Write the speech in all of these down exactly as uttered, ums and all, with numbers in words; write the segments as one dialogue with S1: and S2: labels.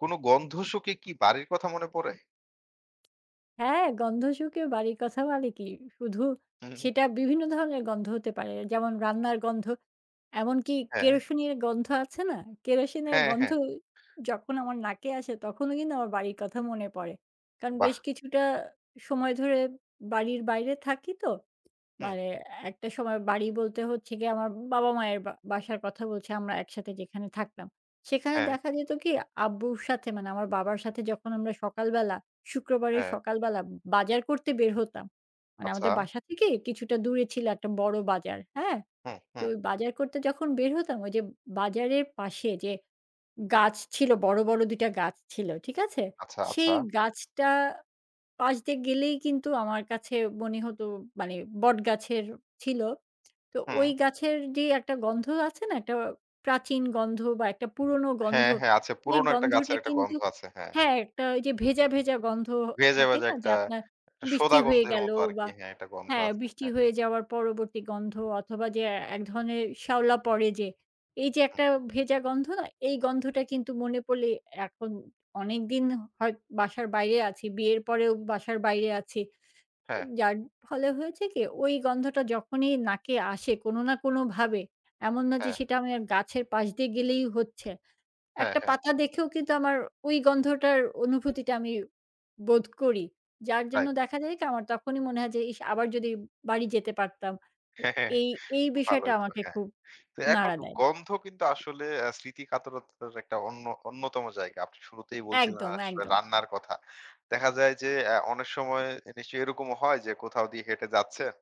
S1: কোন গন্ধ শুঁকে কি বাড়ির কথা মনে পড়ে?
S2: হ্যাঁ, গন্ধ শুঁকে বাড়ির কথা বলে কি, শুধু
S1: হুম।
S2: সেটা বিভিন্ন ধরনের গন্ধ হতে পারে। যেমন রান্নার গন্ধ, এমনকি
S1: হ্যাঁ,
S2: কেরোসিনের গন্ধ আছে না? কেরোসিনের
S1: হ্যাঁ,
S2: গন্ধ
S1: হ্যাঁ।
S2: যখন আমার নাকে আসে তখনও কিন্তু আমার বাড়ির কথা মনে পড়ে। কারণ
S1: বাহ!
S2: বেশ কিছুটা সময় ধরে বাড়ির বাইরে থাকি তো।
S1: হুম,
S2: মানে একটা সময় বাড়ি বলতে হচ্ছে গিয়ে আমার বাবা-মায়ের বা বাসার কথা বলছি আমরা একসাথে যেখানে থাকতাম। সেখানে
S1: হ্যাঁ,
S2: দেখা যেত কি আব্বুর সাথে মানে আমার বাবার সাথে যখন আমরা সকালবেলা শুক্রবারের
S1: হ্যাঁ।
S2: সকালবেলা বাজার করতে বের হতাম। মানে
S1: আচ্ছা।
S2: আমাদের বাসা থেকে কিছুটা দূরে ছিল একটা বড় বাজার, হ্যাঁ?
S1: হুম,
S2: তো
S1: হুম।
S2: ওই বাজার করতে যখন বের হতাম ওই যে বাজারের পাশে যে গাছ ছিল বড়, বড় দুইটা টা গাছ ছিল, ঠিক আছে?
S1: আচ্ছা, আচ্ছা।
S2: সেই গাছটা পাশ দিয়ে গেলেই কিন্তু আমার কাছে মনে হতো মানে বটগাছের ছিল। তো
S1: হুম।
S2: ওই গাছের যে একটা গন্ধ আছে না? একটা প্রাচীন গন্ধ বা একটা পুরনো গন্ধ।
S1: হ্যাঁ, হ্যাঁ আছে।
S2: এই
S1: পুরনো একটা
S2: গন্ধটা
S1: গাছের একটা
S2: কিন্তু
S1: গন্ধ আছে। হ্যাঁ।
S2: হ্যাঁ, একটা ওই যে ভেজা, ভেজা গন্ধ
S1: ভেজে,
S2: থাকে
S1: ভেজে
S2: না? যে
S1: একটা,
S2: আপনার
S1: একটা
S2: বৃষ্টি
S1: সোদা
S2: হয়ে
S1: গন্ধের
S2: গেল
S1: মতো
S2: বা
S1: আরকি। হ্যাঁ, একটা গন্ধ
S2: হ্যাঁ,
S1: আছে।
S2: বৃষ্টি
S1: হ্যাঁ,
S2: হয়ে যাওয়ার পরবর্তী গন্ধ অথবা যে এক ধরনের শ্যাওলা পড়ে যে, এই যে একটা ভেজা গন্ধ না? এই গন্ধটা কিন্তু মনে পড়লে এখন অনেকদিন হয় বাসার বাইরে আছি, বিয়ের পরেও বাসার বাইরে আছি।
S1: হ্যাঁ,
S2: যার ফলে হয়েছে কি ওই গন্ধটা যখনই নাকে আসে কোনো না কোনোভাবে, এমন না যে
S1: হ্যাঁ,
S2: সেটা আমি গাছের পাশ দিয়ে গেলেই হচ্ছে।
S1: হ্যাঁ,
S2: একটা
S1: হ্যাঁ।
S2: পাতা দেখেও কিন্তু আমার ওই গন্ধটার অনুভূতিটা আমি বোধ করি। যার জন্য
S1: রাইট।
S2: দেখা যায় কি আমার তখনই মনে হয় যে, "ইস! আবার যদি বাড়ি যেতে পারতাম।"
S1: হ্যাঁ, হ্যাঁ।
S2: এই, এই বিষয়টা
S1: ভালোই তো।
S2: আমাকে
S1: হ্যাঁ।
S2: খুব
S1: তো এখন
S2: নাড়া দেয়।
S1: গন্ধ কিন্তু আসলে আ স্মৃতি কাতরতার একটা অন্য অন্যতম জায়গা। আপনি শুরুতেই বলছিলেন
S2: একদম,
S1: আসলে
S2: একদম।
S1: রান্নার কথা। দেখা যায় যে অ্যা অনেক সময় নিশ্চয়ই এরকমও হয় যে কোথাও দিয়ে হেঁটে যাচ্ছেন,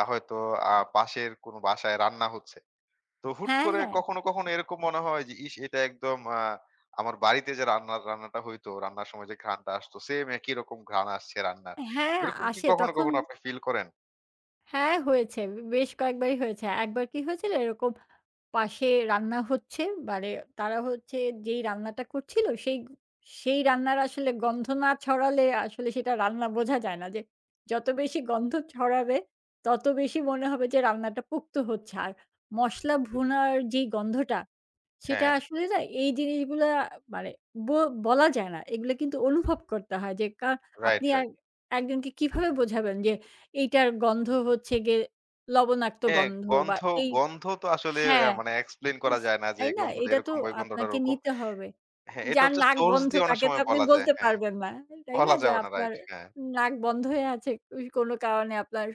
S1: আ হয়তো আ পাশের কোনো বাসায় রান্না হচ্ছে। তো হুট
S2: হ্যাঁ,
S1: করে
S2: হ্যাঁ।
S1: কখনো, কখনো এরকম মনে হয় যে ইস! এটা একদম আ আমার বাড়িতে যে রান্নার রান্নাটা হইতো, রান্নার সময় যে ঘ্রাণটা আসতো সেম একই রকম ঘ্রাণ আসছে রান্নার।
S2: হ্যাঁ,
S1: এরকম কি
S2: আসে
S1: কখনো,
S2: তখন
S1: কখনো আপনি ফিল করেন?
S2: হ্যাঁ, হয়েছে। বেশ কয়েকবারই হয়েছে। একবার কি হয়েছিল এরকম পাশে রান্না হচ্ছে, মানে তারা হচ্ছে যেই রান্নাটা করছিল সেই সেই রান্নার আসলে গন্ধ না ছড়ালে আসলে সেটা রান্না বোঝা যায় না। যে যত বেশি গন্ধ ছড়াবে তত বেশি মনে হবে যে রান্নাটা পোক্ত হচ্ছে। আর মসলা ভুনার যেই গন্ধটা সেটা
S1: হ্যাঁ,
S2: আসলে না এই জিনিসগুলা মানে ব বলা যায় না। এগুলো কিন্তু অনুভব করতে হয় যে কা
S1: রাইট,
S2: আপনি আর
S1: রাইট।
S2: একজনকে কিভাবে বোঝাবেন যে এইটার গন্ধ হচ্ছে গিয়ে লবণাক্ত
S1: হ্যাঁ,
S2: গন্ধ বা
S1: গন্ধ
S2: এই
S1: গন্ধ তো আসলে অ্যা
S2: হ্যাঁ,
S1: মানে এক্সপ্লেইন করা
S2: ইস
S1: যায় না যে
S2: তাই
S1: এই
S2: না?
S1: গন্ধটা
S2: এটা তো
S1: এরকম বা ওই গন্ধটা
S2: আপনাকে
S1: ওরকম।
S2: নিতে হবে।
S1: হ্যাঁ, এটা
S2: যার
S1: হচ্ছে
S2: নাক
S1: সোর্স
S2: বন্ধ
S1: দিয়ে অনেক
S2: তাকে তো
S1: সময়
S2: আপনি
S1: বলা যায়।
S2: বলতে
S1: হ্যাঁ,
S2: পারবেন না। তাই না?
S1: বলা
S2: যে
S1: যাবে না।
S2: আপনার
S1: রাইট। হ্যাঁ,
S2: নাক বন্ধ হয়ে আছে ওই কোনো কারণে আপনার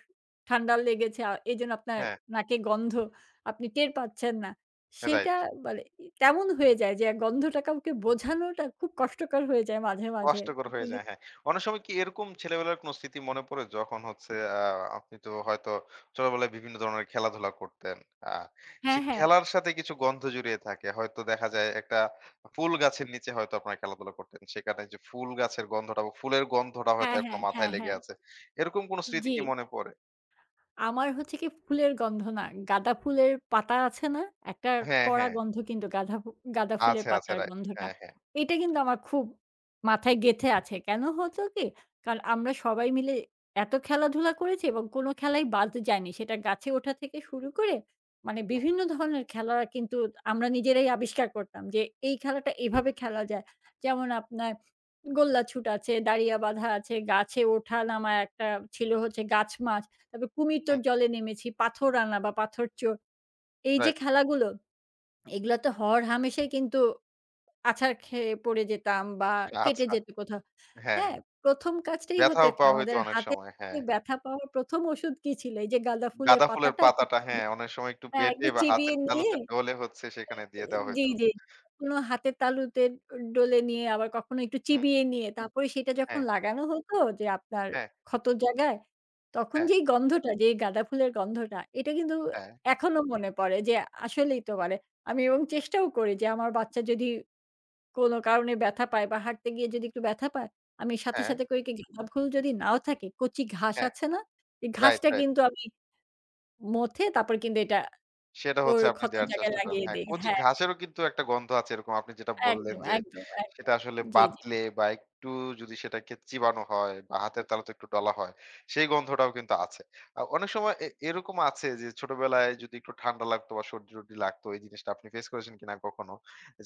S2: ঠান্ডা লেগেছে। আ এজন্য আপনার
S1: হ্যাঁ,
S2: নাকে গন্ধ আপনি টের পাচ্ছেন না। সেইটা
S1: রাইট।
S2: মানে তেমন হয়ে যায় যে গন্ধটা কাউকে বোঝানোটা খুব কষ্টকর হয়ে যায় মাঝে, মাঝে।
S1: কষ্টকর হয়ে
S2: কিন্তু
S1: যায়, হ্যাঁ। অনেক সময় কি এরকম ছেলেবেলার কোনো স্মৃতি মনে পড়ে যখন হচ্ছে আ আপনি তো হয়তো ছোটবেলায় বিভিন্ন ধরনের খেলাধুলা করতেন। আ
S2: হ্যাঁ,
S1: সেই
S2: হ্যাঁ।
S1: খেলার সাথে কিছু গন্ধ জড়িয়ে থাকে। হয়তো দেখা যায় একটা ফুল গাছের নিচে হয়তো আপনারা খেলাধুলা করতেন। সেখানে যে ফুল গাছের গন্ধটা বা ফুলের গন্ধটা হয়তো
S2: হ্যাঁ,
S1: এখনো
S2: হ্যাঁ,
S1: মাথায়
S2: হ্যাঁ,
S1: লেগে
S2: হ্যাঁ।
S1: আছে। এরকম কোনো স্মৃতি
S2: জি।
S1: কি মনে পড়ে?
S2: আমার হচ্ছে কি ফুলের গন্ধ না। গাঁদা ফুলের পাতা আছে না? একটা
S1: হ্যাঁ,
S2: কড়া
S1: হ্যাঁ।
S2: গন্ধ কিন্তু গাঁধা ফু গাঁদা ফুলের
S1: আছে, আছে
S2: পাতার
S1: রাইট।
S2: গন্ধটা।
S1: হ্যাঁ, হ্যাঁ।
S2: এটা কিন্তু আমার খুব মাথায় গেঁথে আছে। কেন হতো কি? কারণ আমরা সবাই মিলে এত খেলাধুলা করেছি এবং কোনো খেলাই বাদ যায়নি। সেটা গাছে ওঠা থেকে শুরু করে মানে
S1: হুম,
S2: বিভিন্ন ধরনের খেলা কিন্তু আমরা নিজেরাই আবিষ্কার করতাম যে এই খেলাটা এভাবে খেলা যায়। যেমন আপনার গোল্লাছুট আছে, দাঁড়িয়া বাঁধা আছে, গাছে ওঠা নামা একটা ছিল হচ্ছে গাছ মাছ। তারপর কুমির তোর
S1: হুম
S2: জলে নেমেছি, পাথর আনা বা পাথর চোর। এই যে
S1: রাইট।
S2: খেলাগুলো, এগুলা তো হরহামেশাই কিন্তু আছাড় খেয়ে পড়ে যেতাম বা কেটে
S1: আচ্ছা।
S2: যেত কোথাও।
S1: হ্যাঁ।
S2: হ্যাঁ? প্রথম কাজটাই হতো
S1: ব্যথাও
S2: কি
S1: পাওয়া হইতো
S2: আমাদের
S1: অনেক
S2: হাতে
S1: সময়। হ্যাঁ।
S2: ব্যথা পাওয়ার প্রথম ওষুধ কি ছিল? এই যে গাঁদা ফুলের
S1: গাঁদা ফুলের
S2: পাতাটা একটু
S1: পাতাটা
S2: চিবি
S1: হ্যাঁ, অনেক সময় একটু
S2: হ্যাঁ,
S1: বেটে
S2: একটু
S1: বা
S2: চিবিয়ে
S1: হাতের
S2: নিয়ে
S1: তালুতে ডলে হচ্ছে সেখানে দিয়ে দেওয়া
S2: জি,
S1: হইতো।
S2: জি। কখনো হাতের তালুতে ডলে নিয়ে আবার কখনো একটু
S1: হুম,
S2: চিবিয়ে নিয়ে তারপরে সেটা যখন
S1: হ্যাঁ,
S2: লাগানো হতো যে আপনার
S1: হ্যাঁ,
S2: ক্ষতর জায়গায়, তখন
S1: হ্যাঁ,
S2: যেই গন্ধটা, যে গাঁদা ফুলের গন্ধটা এটা কিন্তু
S1: হ্যাঁ,
S2: এখনো মনে পড়ে যে আসলেই তো মানে আমি এবং চেষ্টাও করি যে আমার বাচ্চা যদি কোনো কারণে ব্যথা পায় বা হাঁটতে গিয়ে যদি একটু ব্যথা পায়, আমি সাথে,
S1: হ্যাঁ,
S2: সাথে করে কি গাঁদা ফুল যদি নাও থাকে কচি ঘাস
S1: হ্যাঁ,
S2: আছে না? এই
S1: রাইট,
S2: ঘাসটা
S1: রাইট।
S2: কিন্তু আমি মথে তারপর কিন্তু এটা
S1: সেটা
S2: ওর
S1: হচ্ছে আপনি
S2: ক্ষতর
S1: দেয়ার
S2: জায়গায়
S1: চেষ্টা করেন।
S2: লাগিয়ে
S1: হ্যাঁ,
S2: দেই।
S1: কচি
S2: হ্যাঁ।
S1: ঘাসেরও কিন্তু একটা গন্ধ আছে এরকম আপনি যেটা বললেন
S2: একদম,
S1: যে,
S2: একদম,
S1: সেটা
S2: একদম।
S1: আসলে
S2: জি, জি।
S1: বাটলে বা একটু যদি সেটাকে চিবানো হয় বা হাতের তালুতে একটু ডলা হয়, সেই গন্ধটাও কিন্তু আছে। আ অনেক সময় এ এরকম আছে যে ছোটবেলায় যদি একটু ঠান্ডা লাগতো বা সর্দি-টর্দি লাগতো, এই জিনিসটা আপনি ফেস করেছেন কিনা কখনো?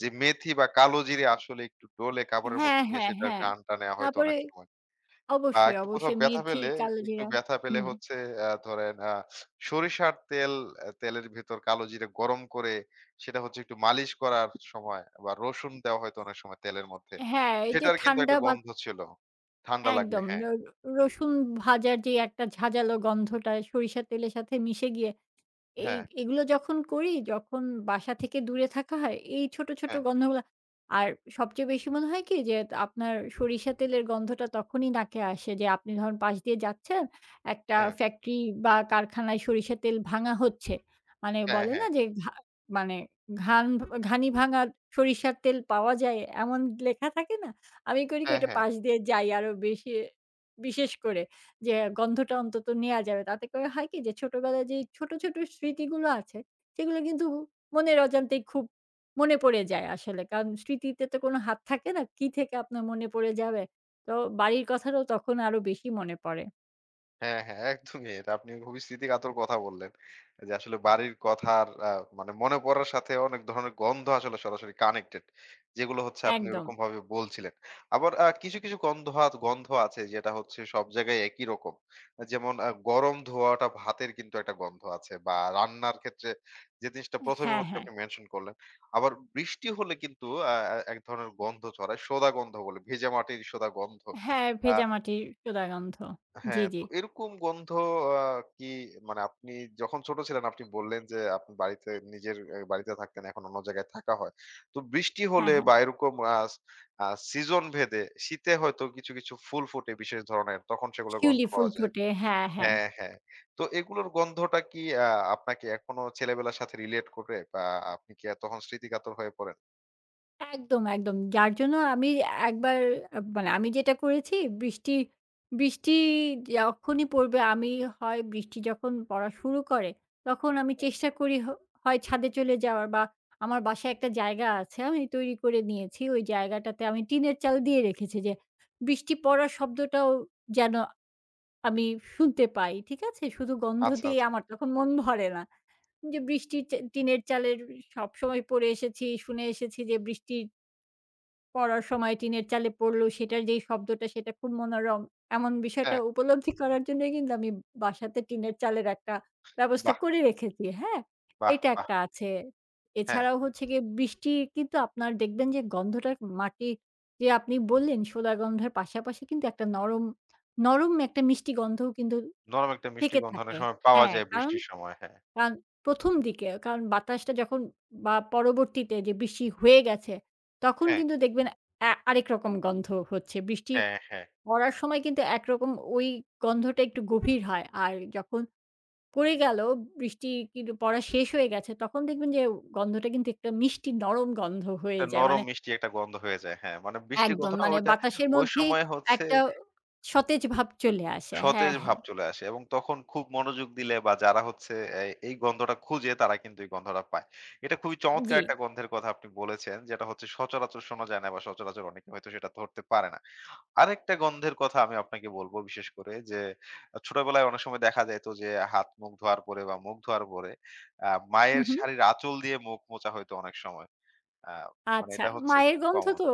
S1: যে মেথি বা কালোজিরে আসলে একটু ডলে কাপড়ের
S2: হ্যাঁ,
S1: মধ্যে নিয়ে
S2: হ্যাঁ,
S1: সেটার
S2: হ্যাঁ।
S1: ঘ্রাণটা নেয়া হয়তো
S2: তারপরে
S1: অনেক সময়। আ
S2: অবশ্যই,
S1: একটু কোথাও
S2: অবশ্যই
S1: ব্যথা
S2: মেথি,
S1: পেলে, একটু
S2: কালোজিরা
S1: ব্যথা পেলে
S2: হুম।
S1: হচ্ছে আ ধরেন আ সরিষার তেল অ্যা তেলের ভেতর কালো জিরা গরম করে সেটা হচ্ছে একটু মালিশ করার সময় বা রসুন দেওয়া হয়তো অনেক সময় তেলের মধ্যে।
S2: হ্যাঁ, এই যে
S1: সেটার কিন্তু
S2: ঠান্ডা
S1: একটা
S2: বা
S1: গন্ধ ছিল। ঠান্ডা লাগলে
S2: একদম র
S1: হ্যাঁ।
S2: রসুন ভাজার যে একটা ঝাঁঝালো গন্ধটা সরিষার তেলের সাথে মিশে গিয়ে এই
S1: হ্যাঁ,
S2: এগুলো যখন করি, যখন বাসা থেকে দূরে থাকা হয়, এই ছোট, ছোট
S1: হ্যাঁ,
S2: গন্ধগুলা আর সবচেয়ে বেশি মনে হয় কি যে আপনার সরিষা তেলের গন্ধটা তখনই নাকে আসে যে আপনি ধরুন পাশ দিয়ে যাচ্ছেন, একটা
S1: হ্যাঁ,
S2: ফ্যাক্টরি বা কারখানায় সরিষা তেল ভাঙা হচ্ছে। মানে
S1: হ্যাঁ,
S2: বলে না
S1: হ্যাঁ,
S2: যে ঘা মানে ঘান ঘানি ভাঙা সরিষার তেল পাওয়া যায় এমন লেখা থাকে না? আমি করি কি
S1: হ্যাঁ,
S2: ওইটা
S1: হ্যাঁ।
S2: পাশ দিয়ে যাই আরো বেশি বিশেষ করে। যে গন্ধটা অন্তত নেয়া যাবে। তাতে করে হয় কি যে ছোটবেলায় যেই ছোট, ছোট স্মৃতিগুলো আছে সেগুলো কিন্তু মনের অজান্তেই খুব মনে পড়ে যায় আসলে। কারণ স্মৃতিতে তো কোনো হাত থাকে না। কি থেকে আপনার মনে পড়ে যাবে। তো বাড়ির কথাটাও তখন আরো বেশি মনে পড়ে।
S1: হ্যাঁ, হ্যাঁ, একদমই। এটা আপনি খুবই স্মৃতিকাতর কথা বললেন। যে আসলে বাড়ির কথার আ মানে মনে পড়ার সাথে অনেক ধরনের গন্ধ আসলে সরাসরি কানেক্টেড। যেগুলো হচ্ছে আপনি
S2: একদম।
S1: ওরকমভাবে বলছিলেন। আবার আ কিছু, কিছু গন্ধ আত গন্ধ আছে যেটা হচ্ছে সব জায়গায় একই রকম। যেমন আ গরম ধোয়াটা ভাতের কিন্তু একটা গন্ধ আছে বা রান্নার ক্ষেত্রে যে জিনিসটা প্রথম এ
S2: হ্যাঁ,
S1: হচ্ছে
S2: হ্যাঁ।
S1: আপনি মেনশন করলেন। আবার বৃষ্টি হলে কিন্তু আ আ এক ধরনের গন্ধ ছড়ায়। সোঁদা গন্ধ বলে, ভেজা মাটির সোঁদা গন্ধ।
S2: হ্যাঁ,
S1: আ
S2: ভেজা মাটির সোঁদা গন্ধ। জি,
S1: হ্যাঁ, তো
S2: জি।
S1: এরকম গন্ধ আ কি মানে আপনি যখন ছোট ছিলেন আপনি বললেন যে আপনি বাড়িতে নিজের এ বাড়িতে থাকতেন এখন অন্য জায়গায় থাকা হয়। তো বৃষ্টি
S2: হ্যাঁ,
S1: হলে
S2: হ্যাঁ।
S1: বা এরকম আ আ সিজন ভেদে শীতে হয়তো কিছু, কিছু ফুল ফোটে বিশেষ ধরনের তখন সেগুলোর গন্ধ
S2: শিউলি ফুল
S1: পাওয়া যায়।
S2: ফোটে। হ্যাঁ, হ্যাঁ।
S1: হ্যাঁ, হ্যাঁ। তো এগুলোর গন্ধটা কি আ আপনাকে এখনো ছেলেবেলার সাথে রিলেট করে বা আপনি কি তখন স্মৃতিকাতর হয়ে পড়েন?
S2: একদম, একদম। যার জন্য আমি একবার আ মানে আমি যেটা করেছি বৃষ্টি বৃষ্টি যখনই পড়বে আমি হয় বৃষ্টি যখন পড়া শুরু করে তখন আমি
S1: হুম,
S2: চেষ্টা করি হ হয় ছাদে চলে যাওয়ার বা আমার বাসায় একটা জায়গা আছে আমি তৈরি করে নিয়েছি। ওই জায়গাটাতে আমি টিনের চাল দিয়ে রেখেছি যে বৃষ্টি পড়ার শব্দটাও যেন আমি শুনতে পাই। ঠিক আছে? শুধু গন্ধ
S1: আচ্ছা,
S2: দিয়ে
S1: আচ্ছা।
S2: আমার তখন মন ভরে না। যে বৃষ্টির চা টিনের চালের সবসময় পড়ে এসেছি, শুনে এসেছি যে বৃষ্টির পড়ার সময় টিনের চালে পড়লো, সেটার যেই শব্দটা সেটা খুব মনোরম। এমন বিষয়টা
S1: হ্যাঁ,
S2: উপলব্ধি করার জন্যই কিন্তু আমি বাসাতে টিনের চালের একটা ব্যবস্থা
S1: বাহ!
S2: করে রেখেছি, হ্যাঁ?
S1: বাহ!
S2: এটা
S1: বাহ!
S2: একটা আছে।
S1: হ্যাঁ,
S2: এছাড়াও হচ্ছে গিয়ে বৃষ্টি কিন্তু আপনার দেখবেন যে গন্ধটা মাটি যে আপনি বললেন শোলা গন্ধের পাশাপাশি কিন্তু একটা নরম, নরম একটা মিষ্টি গন্ধও কিন্তু
S1: নরম একটা মিষ্টি
S2: থেকে
S1: গন্ধ অনেক
S2: থাকে।
S1: সময় পাওয়া
S2: হ্যাঁ,
S1: যায়
S2: কারণ
S1: বৃষ্টির সময়। হ্যাঁ,
S2: কারণ প্রথম দিকে কারণ বাতাসটা যখন বা পরবর্তীতে যে বৃষ্টি হয়ে গেছে, তখন
S1: হ্যাঁ।
S2: কিন্তু দেখবেন আ আরেক রকম গন্ধ হচ্ছে। বৃষ্টি
S1: হ্যাঁ, হ্যাঁ।
S2: পড়ার সময় কিন্তু একরকম ওই গন্ধটা একটু গভীর হয়। আর যখন পড়ে গেল, বৃষ্টি কিন্তু পড়া শেষ হয়ে গেছে, তখন দেখবেন যে গন্ধটা কিন্তু একটা মিষ্টি নরম গন্ধ হয়ে
S1: একটা
S2: যায়।
S1: নরম
S2: মানে
S1: মিষ্টি একটা গন্ধ হয়ে যায়। হ্যাঁ, মানে বৃষ্টির
S2: একদম
S1: গন্ধটা
S2: মানে
S1: ওইটা
S2: বাতাসের
S1: ওই
S2: মধ্যেই
S1: সময় হচ্ছে
S2: একটা সতেজ ভাব চলে আসে।
S1: সতেজ
S2: হ্যাঁ,
S1: ভাব
S2: হ্যাঁ।
S1: চলে আসে এবং তখন খুব মনোযোগ দিলে বা যারা হচ্ছে এ এই গন্ধটা খুঁজে তারা কিন্তু এই গন্ধটা পায়। এটা খুবই চমৎকার
S2: জি।
S1: একটা গন্ধের কথা আপনি বলেছেন, যেটা হচ্ছে সচরাচর শোনা যায় না বা সচরাচর অনেকে হয়তো সেটা ধরতে পারে না। আরেকটা গন্ধের কথা আমি আপনাকে বলব বিশেষ করে যে, ছোটবেলায় অনেক সময় দেখা যাইত যে হাত মুখ ধোয়ার পরে বা মুখ ধোয়ার পরে আ মায়ের শাড়ির আঁচল দিয়ে মুখ মোছা হইতো অনেক সময়। আ মানে
S2: আচ্ছা,
S1: এটা হচ্ছে
S2: মায়ের
S1: খুব
S2: গন্ধ
S1: কমন।
S2: তো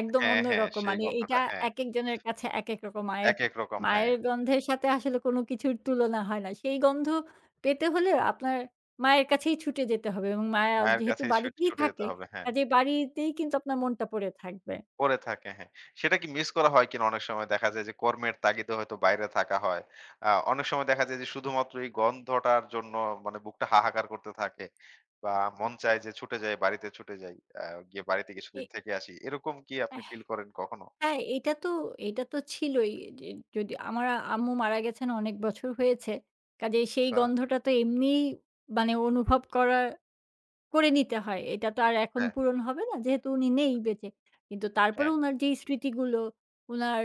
S2: একদম
S1: হ্যাঁ, হ্যাঁ,
S2: অন্যরকম।
S1: সেই
S2: মানে এটা
S1: গন্ধটা হ্যাঁ।
S2: একেকজনের কাছে একেক রকম। মায়ের
S1: একেক রকম হ্যাঁ।
S2: মায়ের গন্ধের সাথে আসলে কোনো কিছুর তুলনা হয় না। সেই গন্ধ পেতে হলে আপনার মায়ের কাছেই ছুটে যেতে হবে এবং মায়া
S1: মায়ের
S2: যেহেতু
S1: কাছেই ছুট
S2: বাড়িতেই
S1: ছুটে যেতে
S2: থাকে,
S1: হবে হ্যাঁ।
S2: কাজেই বাড়িতেই কিন্তু আপনার মনটা পড়ে থাকবে।
S1: পড়ে থাকে হ্যাঁ। সেটা কি মিস করা হয় কিনা অনেক সময় দেখা যায় যে কর্মের তাগিদে হয়তো বাইরে থাকা হয়। আ অনেক সময় দেখা যায় যে শুধুমাত্র এই গন্ধটার জন্য মানে বুকটা হাহাকার করতে থাকে বা মন চায় যে ছুটে যাই, বাড়িতে ছুটে যাই। আ গিয়ে বাড়িতে
S2: এ
S1: কিছুদিন থেকে আসি। এরকম কি আপনি ফিল করেন কখনো?
S2: হ্যাঁ, এটা তো এটা তো ছিলই। যে যদি আমার আম্মু মারা গেছেন অনেক বছর হয়েছে। কাজেই সেই
S1: আচ্ছা।
S2: গন্ধটা তো এমনিই মানে অনুভব করা করে নিতে হয়। এটা তো আর এখন
S1: হ্যাঁ,
S2: পূরণ হবে না। যেহেতু উনি নেই বেঁচে। কিন্তু তারপরে
S1: হ্যাঁ।
S2: উনার যেই স্মৃতিগুলো, উনার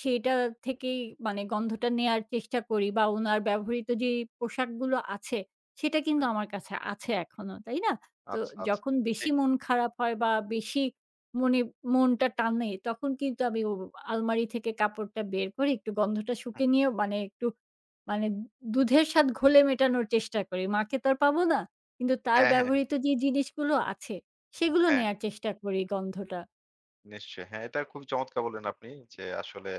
S2: সেইটা থেকেই মানে গন্ধটা নেয়ার চেষ্টা করি বা উনার ব্যবহৃত যে পোশাকগুলো আছে, সেটা কিন্তু
S1: হুম।
S2: আমার কাছে আছে এখনো, তাই না? তো
S1: আচ্ছা, আচ্ছা।
S2: যখন বেশি
S1: ঠিক।
S2: মন খারাপ হয় বা বেশি মনে মনটা টানে, তখন কিন্তু আমি ও আলমারি থেকে কাপড়টা বের করে একটু গন্ধটা
S1: হুম।
S2: শুঁকে নিয়ে মানে একটু মানে দুধের স্বাদ ঘোলে মেটানোর চেষ্টা করি। মাকে তো আর পাবো না। কিন্তু তার
S1: হ্যাঁ, হ্যাঁ,
S2: ব্যবহৃত যে জিনিসগুলো আছে, সেগুলো
S1: হ্যাঁ।
S2: নেয়ার চেষ্টা করি গন্ধটা।
S1: নিশ্চয়ই। হ্যাঁ, এটা খুব চমৎকার বললেন আপনি যে আসলে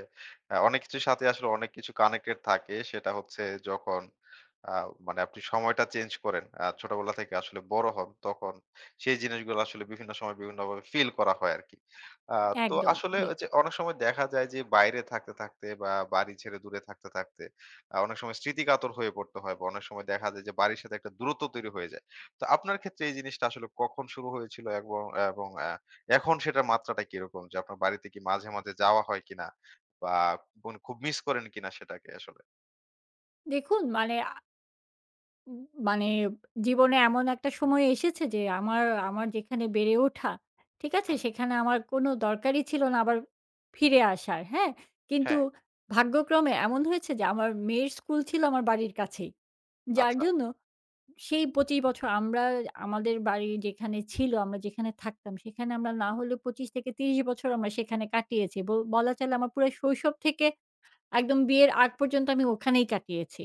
S1: আ অনেক কিছুর সাথে আসলে অনেক কিছু কানেক্টেড থাকে। সেটা হচ্ছে যখন আ মানে আপনি সময়টা চেঞ্জ করেন। আ ছোটবেলা থেকে আসলে বড় হন তখন সেই জিনিসগুলো আসলে বিভিন্ন সময় বিভিন্নভাবে ফিল করা হয় আরকি। আ তো
S2: একদম,
S1: আসলে
S2: জি।
S1: ওই যে অনেক সময় দেখা যায় যে বাইরে থাকতে, থাকতে বা বাড়ি ছেড়ে দূরে থাকতে, থাকতে আ অনেক সময় স্মৃতিকাতর হয়ে পড়তে হয় বা অনেক সময় দেখা যায় যে বাড়ির সাথে একটা দূরত্ব তৈরি হয়ে যায়। তো আপনার ক্ষেত্রে এই জিনিসটা আসলে কখন শুরু হয়েছিল এবং এবং আ এখন সেটার মাত্রাটা কিরকম? যে আপনার বাড়িতে কি মাঝে, মাঝে যাওয়া হয় কিনা? বা কোন খুব মিস করেন কিনা সেটাকে আসলে?
S2: দেখুন মানে আ উম মানে জীবনে এমন একটা সময় এসেছে যে আমার আমার যেখানে বেড়ে ওঠা, ঠিক আছে?
S1: হুম।
S2: সেখানে আমার কোনো দরকারই ছিল না আবার ফিরে আসার, হ্যাঁ? কিন্তু
S1: হ্যাঁ,
S2: ভাগ্যক্রমে এমন হয়েছে যে আমার মেয়ের স্কুল ছিল আমার বাড়ির কাছেই। যার
S1: আচ্ছা,
S2: জন্য সেই পঁচিশ বছর আমরা আমাদের বাড়ি যেখানে ছিল, আমরা যেখানে থাকতাম সেখানে আমরা না হলেও পঁচিশ থেকে ত্রিশ বছর আমরা সেখানে কাটিয়েছি। ব বলা চলে আমার পুরা শৈশব থেকে একদম বিয়ের আগ পর্যন্ত আমি ওখানেই কাটিয়েছি।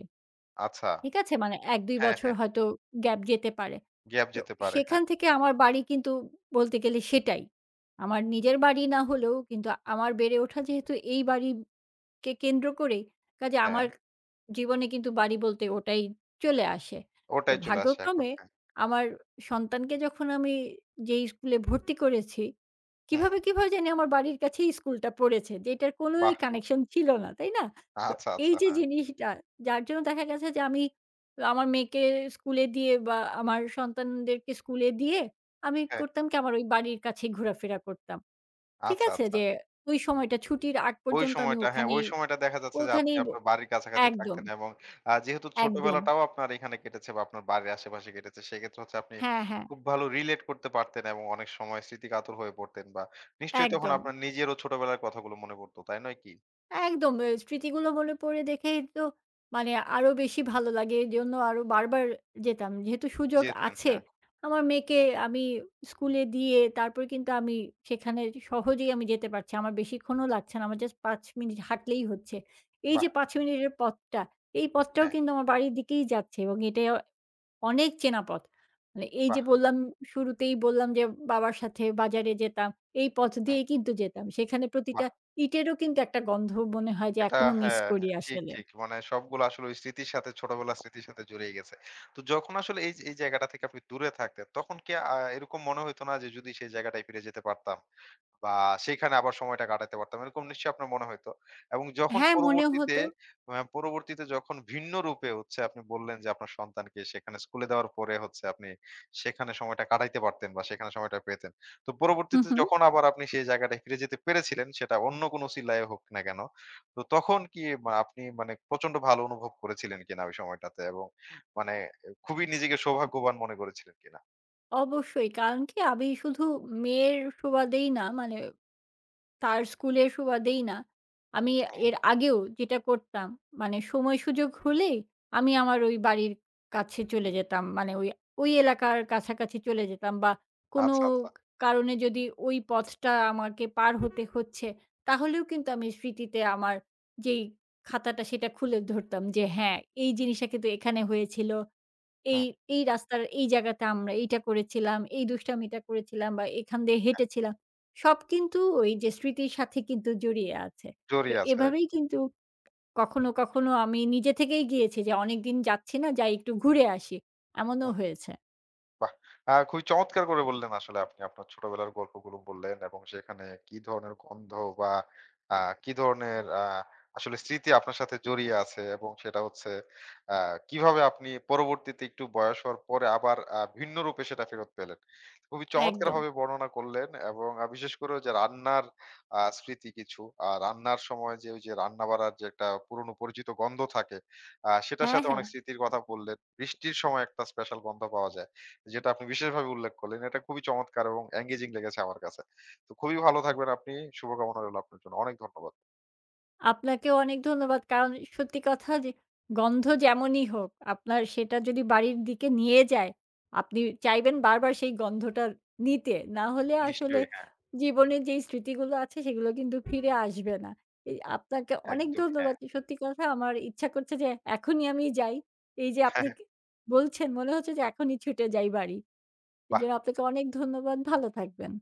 S1: আচ্ছা।
S2: ঠিক আছে? মানে এক দুই
S1: হ্যাঁ,
S2: বছর
S1: হ্যাঁ।
S2: হয়তো গ্যাপ যেতে পারে।
S1: গ্যাপ
S2: তো
S1: যেতে পারে।
S2: সেখান
S1: হ্যাঁ,
S2: থেকে আমার বাড়ি কিন্তু বলতে গেলে সেটাই। আমার নিজের বাড়ি না হলেও কিন্তু আমার বেড়ে ওঠা যেহেতু এই বাড়ি কে কেন্দ্র করেই। কাজে
S1: হ্যাঁ।
S2: আমার জীবনে কিন্তু বাড়ি বলতে ওটাই চলে আসে। তো
S1: ওটাই চলে আসে এখন।
S2: ভাগ্যক্রমে
S1: হ্যাঁ।
S2: আমার সন্তানকে যখন আমি যেই স্কুলে ভর্তি করেছি,
S1: হুম,
S2: কিভাবে, কিভাবে জানি আমার বাড়ির কাছেই স্কুলটা পড়েছে। যেটার কোনোই
S1: বাহ!
S2: কানেকশন ছিল না, তাই না? তো
S1: আচ্ছা,
S2: এই
S1: আচ্ছা।
S2: যে
S1: হ্যাঁ,
S2: জিনিসটা যার জন্য দেখা গেছে যে আমি আমার মেয়েকে স্কুলে দিয়ে বা আমার সন্তানদেরকে স্কুলে দিয়ে আমি
S1: হ্যাঁ।
S2: করতাম কি আমার ওই বাড়ির কাছেই ঘোরাফেরা করতাম। ঠিক
S1: আচ্ছা,
S2: আছে?
S1: আচ্ছা।
S2: যে ওই সময়টা ছুটির আগ
S1: ওই
S2: পর্যন্ত আমি
S1: সময়টা হ্যাঁ, ওই
S2: ওখানেই
S1: সময়টা দেখা যাচ্ছে যে আপনি
S2: ওখানেই ব
S1: আপনার বাড়ির কাছাকাছি
S2: একদম,
S1: থাকতেন এবং আ যেহেতু
S2: একদম।
S1: ছোটবেলাটাও আপনার এখানে কেটেছে বা আপনার বাড়ির আশেপাশে কেটেছে, সেক্ষেত্রে হচ্ছে আপনি
S2: হ্যাঁ, হ্যাঁ,
S1: খুব ভালো রিলেট করতে পারতেন এবং অনেক সময় স্মৃতিকাতর হয়ে পড়তেন বা নিশ্চয়ই তখন
S2: একদম,
S1: আপনার নিজেরও ছোটবেলার কথাগুলো মনে পড়তো, তাই নয় কি?
S2: একদম। এ স্মৃতিগুলো মনে পড়ে দেখেই তো মানে আরো বেশি ভালো লাগে। এজন্য আরো বারবার যেতাম। যেহেতু সুযোগ
S1: যেতেন
S2: আছে,
S1: হ্যাঁ,
S2: আমার মেয়েকে
S1: হুম,
S2: আমি স্কুলে দিয়ে তারপর কিন্তু আমি সেখানে সহজেই আমি যেতে পারছি। আমার বেশিক্ষণও লাগছে না। আমার জাস্ট পাঁচ মিনিট হাঁটলেই হচ্ছে। এই
S1: বাহ!
S2: যে পাঁচ মিনিটের পথটা, এই পথটাও
S1: হ্যাঁ,
S2: কিন্তু আমার বাড়ির দিকেই যাচ্ছে এবং এটাও অনেক চেনা পথ। মানে এই যে
S1: বাহ!
S2: বললাম, শুরুতেই বললাম যে বাবার সাথে বাজারে যেতাম। এই পথ
S1: হুম,
S2: দিয়েই কিন্তু যেতাম। সেখানে
S1: বাহ!
S2: প্রতিটা ইটেরও কিন্তু একটা গন্ধ মনে হয় যে
S1: এটা
S2: এখনো মিস
S1: হ্যাঁ,
S2: করি
S1: হ্যাঁ, ঠিক,
S2: আসলে।
S1: ঠিক। মানে সবগুলো আসলে ওই স্মৃতির সাথে ছোটবেলার স্মৃতির সাথে জড়িয়ে গেছে। তো যখন আসলে এই এই জায়গাটা থেকে আপনি দূরে থাকতেন, তখন কি আ এরকম মনে হইতো না যে যদি সেই জায়গাটায় ফিরে যেতে পারতাম? বা সেইখানে আবার সময়টা কাটাতে পারতাম। এরকম নিশ্চয়ই আপনার মনে হইতো। এবং যখন
S2: হ্যাঁ, মনে
S1: পরবর্তীতে
S2: হতো
S1: অ্যা পরবর্তীতে যখন ভিন্ন রূপে হচ্ছে আপনি বললেন যে আপনার সন্তানকে সেখানে স্কুলে দেওয়ার পরে হচ্ছে আপনি সেখানে সময়টা কাটাইতে পারতেন বা সেখানে সময়টা পেতেন। তো
S2: হুম,
S1: পরবর্তীতে
S2: হুম।
S1: যখন আবার আপনি সেই জায়গাটায় ফিরে যেতে পেরেছিলেন সেটা অন্য কোন উসিলায় হোক না কেন, তো তখন কি মা আপনি মানে প্রচন্ড ভালো অনুভব করেছিলেন কিনা ওই সময়টাতে এবং মানে খুবই নিজেকে সৌভাগ্যবান মনে করেছিলেন কিনা?
S2: অবশ্যই। কারণ কি আমি শুধু মেয়ের সুবাদেই না মানে তার স্কুলের সুবাদেই না। আমি
S1: হ্যাঁ, হ্যাঁ।
S2: এর আগেও যেটা করতাম, মানে সময় সুযোগ হলেই আমি আমার ওই বাড়ির কাছে চলে যেতাম। মানে ওই, ওই এলাকার কাছাকাছি চলে যেতাম বা কোনো
S1: আচ্ছা, আচ্ছা।
S2: কারণে যদি ওই পথটা আমাকে পার হতে হচ্ছে, তাহলেও কিন্তু আমি স্মৃতিতে আমার যেই খাতাটা সেটা খুলে ধরতাম যে, হ্যাঁ, এই জিনিসটা কিন্তু এখানে হয়েছিল। এই,
S1: হুম,
S2: এই রাস্তার এই জায়গাতে আমরা এইটা করেছিলাম, এই দুষ্টামিটা করেছিলাম বা এখান দিয়ে
S1: হ্যাঁ,
S2: হেঁটেছিলাম। সব কিন্তু ওই যে স্মৃতির সাথে কিন্তু জড়িয়ে আছে। তো
S1: জড়িয়ে আছে রাইট।
S2: এভাবেই কিন্তু কখনো, কখনো আমি নিজে থেকেই গিয়েছি যে অনেকদিন যাচ্ছি না, যাই একটু ঘুরে আসি। এমনও হয়েছে।
S1: বাহ! আ খুবই চমৎকার করে বললেন আসলে আপনি আপনার ছোটবেলার গল্পগুলো বললেন এবং সেখানে কি ধরনের গন্ধ বা আ কি ধরনের আ আসলে স্মৃতি আপনার সাথে জড়িয়ে আছে এবং সেটা হচ্ছে আ কিভাবে আপনি পরবর্তীতে একটু বয়স হওয়ার পরে আবার আ ভিন্ন রূপে সেটা ফেরত পেলেন। খুবই
S2: একদম।
S1: চমৎকারভাবে বর্ণনা করলেন এবং আ বিশেষ করে ওই যে রান্নার আ স্মৃতি কিছু আ রান্নার সময় যে ওই যে রান্না বাড়ার যে একটা পুরনো পরিচিত গন্ধ থাকে আ সেটার
S2: হ্যাঁ,
S1: সাথে
S2: হ্যাঁ।
S1: অনেক স্মৃতির কথা বললেন। বৃষ্টির সময় একটা স্পেশাল গন্ধ পাওয়া যায়। যেটা আপনি বিশেষভাবে উল্লেখ করলেন, এটা খুবই চমৎকার এবং engaging লেগেছে আমার কাছে। তো খুবই ভালো থাকবেন আপনি। শুভকামনা রইল আপনার জন্য। অনেক ধন্যবাদ।
S2: আপনাকেও অনেক ধন্যবাদ। কারণ সত্যি কথা যে গন্ধ যেমনই হোক, আপনার সেটা যদি বাড়ির দিকে নিয়ে যায়, আপনি চাইবেন বারবার সেই গন্ধটা নিতে। না হলে আসলে
S1: নিশ্চয়ই, হ্যাঁ।
S2: জীবনের যেই স্মৃতিগুলো আছে সেগুলো কিন্তু ফিরে আসবে না। এই আপনাকে অনেক
S1: একদমই, হ্যাঁ।
S2: ধন্যবাদ। সত্যি কথা আমার ইচ্ছা করছে যে এখনই আমি যাই। এই যে আপনি ক বলছেন মনে হচ্ছে যে এখনই ছুটে যাই বাড়ি।
S1: বাহ!
S2: এজন্য আপনাকে অনেক ধন্যবাদ। ভালো থাকবেন।